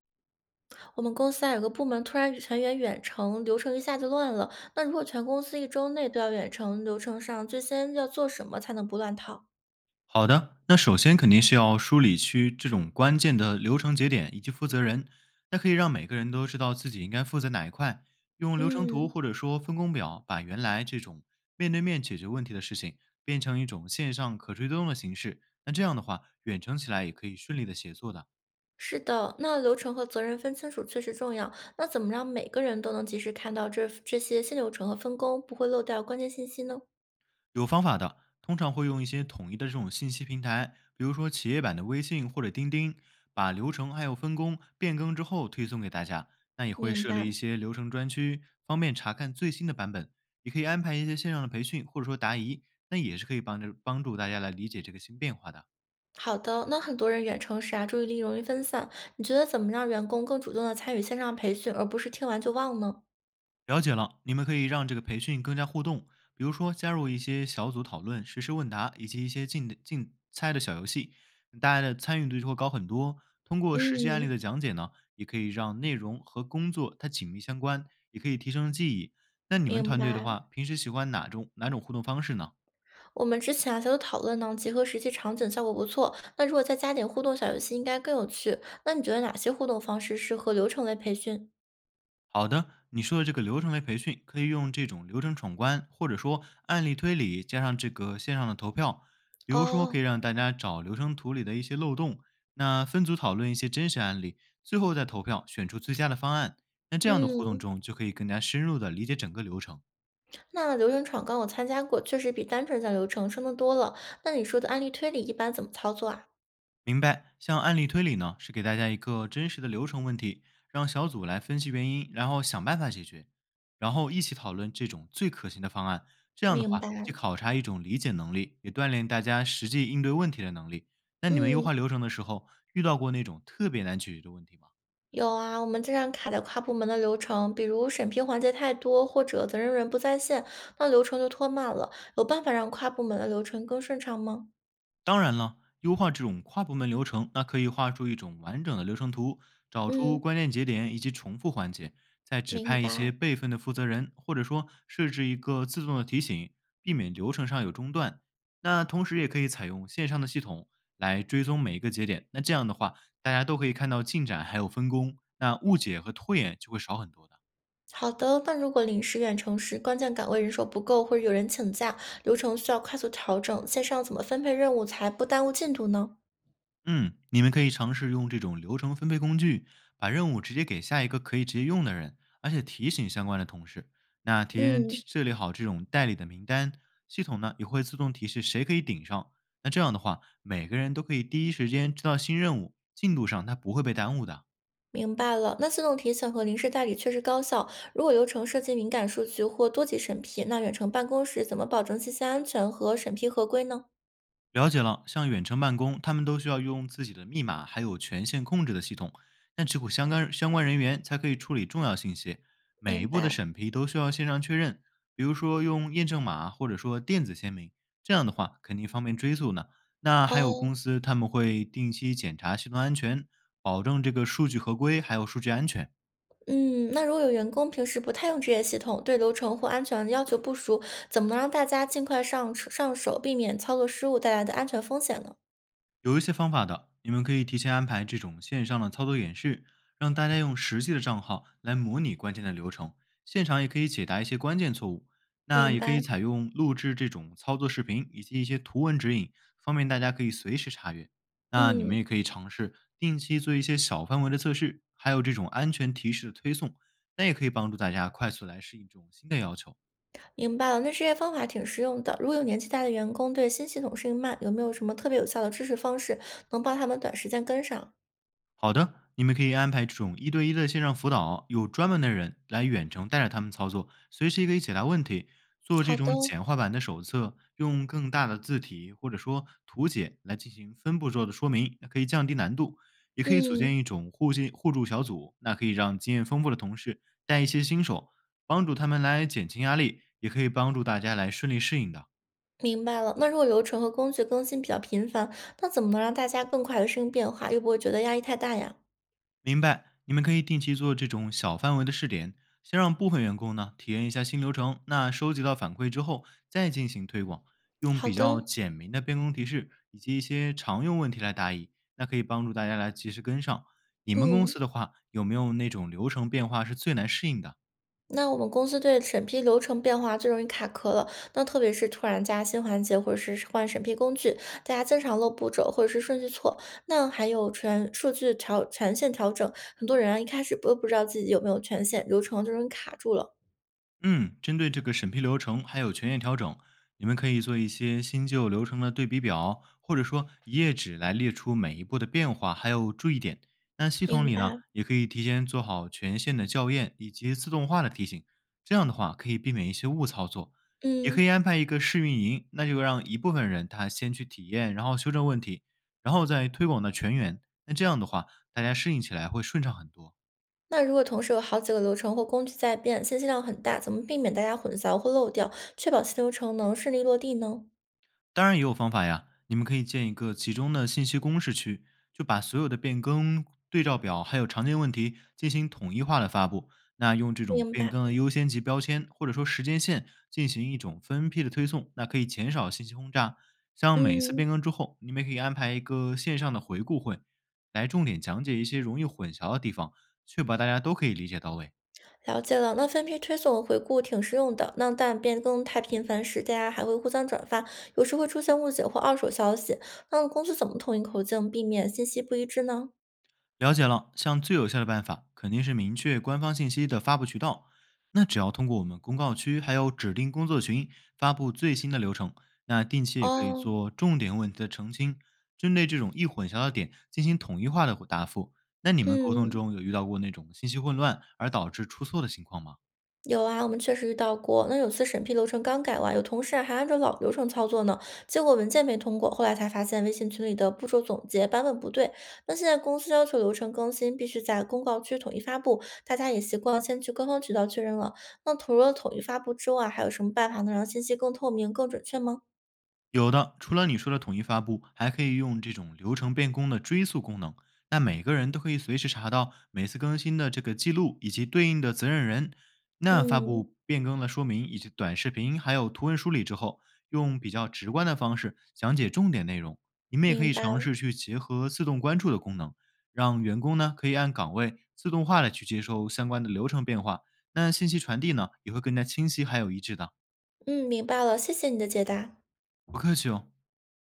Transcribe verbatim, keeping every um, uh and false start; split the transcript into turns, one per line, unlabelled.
我们公司啊有个部门突然全员远程，流程一下就乱了。那如果全公司一周内都要远程，流程上最先要做什么才能不乱套？
好的，那首先肯定是要梳理区这种关键的流程节点以及负责人，那可以让每个人都知道自己应该负责哪一块，用流程图
嗯，
或者说分工表，把原来这种面对面解决问题的事情变成一种线上可追踪的形式。那这样的话，远程起来也可以顺利的协作的。
是的，那流程和责任分清楚确实重要。那怎么让每个人都能及时看到这这些新流程和分工，不会漏掉关键信息呢？
有方法的，通常会用一些统一的这种信息平台，比如说企业版的微信或者钉钉，把流程还有分工变更之后推送给大家。那也会
明
设立
白。
一些流程专区，方便查看最新的版本。也可以安排一些线上的培训或者说答疑，那也是可以帮着帮助大家来理解这个新变化的。
好的，那很多人远程时啊，注意力容易分散。你觉得怎么让员工更主动的参与线上培训，而不是听完就忘呢？
了解了，你们可以让这个培训更加互动，比如说加入一些小组讨论、实时问答，以及一些竞竞猜的小游戏，大家的参与度就会高很多。通过实际案例
嗯。
的讲解呢，也可以让内容和工作它紧密相关，也可以提升记忆。那你们
明
团队的
白。
话，平时喜欢哪种哪种互动方式呢？
我们之前啊，小组讨论呢，结合实际场景效果不错。那如果再加点互动小游戏，应该更有趣。那你觉得哪些互动方式适合流程类培训？
好的，你说的这个流程类培训，可以用这种流程闯关，或者说案例推理，加上这个线上的投票。比如说，可
哦。
以让大家找流程图里的一些漏洞，那分组讨论一些真实案例，最后再投票选出最佳的方案。那这样的互动
嗯。
中，就可以更加深入的理解整个流程。
那流程闯关我参加过，确实比单纯讲流程生动多了。那你说的案例推理一般怎么操作啊？
明白，像案例推理呢，是给大家一个真实的流程问题，让小组来分析原因，然后想办法解决，然后一起讨论这种最可行的方案。这样的
明
话，
白。
既考察一种理解能力，也锻炼大家实际应对问题的能力。那你们优
嗯，
化流程的时候，遇到过那种特别难解决的问题吗？
有啊，我们经常卡在跨部门的流程，比如审批环节太多，或者责任人不在线，那流程就拖慢了。有办法让跨部门的流程更顺畅吗？
当然了，优化这种跨部门流程，那可以画出一种完整的流程图，找出
嗯。
关键节点以及重复环节，再指
明
派一些
白。
备份的负责人，或者说设置一个自动的提醒，避免流程上有中断。那同时也可以采用线上的系统来追踪每一个节点，那这样的话，大家都可以看到进展还有分工，那误解和拖延就会少很多的。
好的，那如果临时远程时关键岗位人手不够，或者有人请假，流程需要快速调整，线上怎么分配任务才不耽误进度呢？
嗯，你们可以尝试用这种流程分配工具，把任务直接给下一个可以直接用的人，而且提醒相关的同事。那提前
嗯，
提设立好这种代理的名单，系统呢也会自动提示谁可以顶上。那这样的话，每个人都可以第一时间知道新任务进度上，它不会被耽误的。
明白了。那自动提醒和临时代理确实高效。如果流程涉及敏感数据或多级审批，那远程办公时怎么保证信息安全和审批合规呢？
了解了，像远程办公，他们都需要用自己的密码，还有权限控制的系统，但只有相关相关人员才可以处理重要信息。每一
明
步的
白。
审批都需要线上确认，比如说用验证码或者说电子签名，这样的话肯定方便追溯呢。那还有
哦。
公司他们会定期检查系统安全，保证这个数据合规还有数据安全。
嗯，那如果有员工平时不太用这些系统，对流程或安全要求不熟，怎么能让大家尽快上手上手，避免操作失误带来的安全风险呢？
有一些方法的，你们可以提前安排这种线上的操作演示，让大家用实际的账号来模拟关键的流程，现场也可以解答一些关键错误。那
明
也可以
白。
采用录制这种操作视频以及一些图文指引，方便大家可以随时查阅。那你
嗯，
们也可以尝试定期做一些小范围的测试，还有这种安全提示的推送，那也可以帮助大家快速来适应这种新的要求。
明白了，那这些方法挺实用的。如果有年纪大的员工对新系统适应慢，有没有什么特别有效的支持方式，能帮他们短时间跟上？
好的，你们可以安排这种一对一的线上辅导，有专门的人来远程带着他们操作，随时也可以解答问题。做这
好的。
种简化版的手册，用更大的字体或者说图解来进行分步骤的说明，那可以降低难度。也可以组
嗯，
建一种互信互助小组，那可以让经验丰富的同事带一些新手，帮助他们来减轻压力，也可以帮助大家来顺利适应的。
明白了。那如果流程和工具更新比较频繁，那怎么能让大家更快的适应变化，又不会觉得压力太大呀？
明白，你们可以定期做这种小范围的试点，先让部分员工呢体验一下新流程，那收集到反馈之后再进行推广，用
好
比
的。
较简明的变更提示以及一些常用问题来答疑，那可以帮助大家来及时跟上。你们公
嗯。
司的话，有没有那种流程变化是最难适应的？
那我们公司对审批流程变化最容易卡壳了，那特别是突然加新环节或者是换审批工具，大家经常漏步骤或者是顺序错。那还有权数据调权限调整，很多人啊一开始都不知道自己有没有权限，流程就容易卡住了。
嗯，针对这个审批流程还有权限调整，你们可以做一些新旧流程的对比表，或者说一页纸来列出每一步的变化还有注意点。那系统
明
里呢，
白。
也可以提前做好权限的校验以及自动化的提醒，这样的话可以避免一些误操作。也可
嗯。
以安排一个试运营，那就让一部分人他先去体验，然后修正问题，然后再推广到全员。那这样的话，大家适应起来会顺畅很多。
那如果同时有好几个流程或工具在变，信息量很大，怎么避免大家混淆或漏掉，确保新流程能顺利落地呢？
当然也有方法呀，你们可以建一个集中的信息公示区，就把所有的变更对照表还有常见问题进行统一化的发布。那用这种
明
变
白。
更的优先级标签或者说时间线进行一种分批的推送，那可以减少信息轰炸。像每次
嗯。
变更之后，你们也可以安排一个线上的回顾会，来重点讲解一些容易混淆的地方，确保大家都可以理解到位。
了解了，那分批推送和回顾挺实用的。那但变更太频繁时，大家还会互相转发，有时会出现误解或二手消息。那公司怎么统一口径，避免信息不一致呢？
了解了，像最有效的办法肯定是明确官方信息的发布渠道。那只要通过我们公告区还有指定工作群发布最新的流程，那定期也可以
哦。
做重点问题的澄清，针对这种易混淆的点进行统一化的答复。那你们沟通
嗯，
中有遇到过那种信息混乱而导致出错的情况吗？
有啊，我们确实遇到过。那有次审批流程刚改完，有同事啊还按照老流程操作呢，结果文件没通过。后来才发现微信群里的步骤总结版本不对。那现在公司要求流程更新必须在公告区统一发布，大家也习惯先去官方渠道确认了。那除了统一发布之外，还有什么办法能让信息更透明、更准确吗？
有的，除了你说的统一发布，还可以用这种流程变更的追溯功能。那每个人都可以随时查到每次更新的这个记录以及对应的责任人。那发
嗯，
布变更了说明以及短视频还有图文梳理之后，用比较直观的方式讲解重点内容。你们也可
明
以
白
尝
了。
试去结合自动关注的功能，让员工呢可以按岗位自动化的去接收相关的流程变化。那信息传递呢也会更加清晰还有一致的。
嗯，明白了，谢谢你的解答。
不客气哦。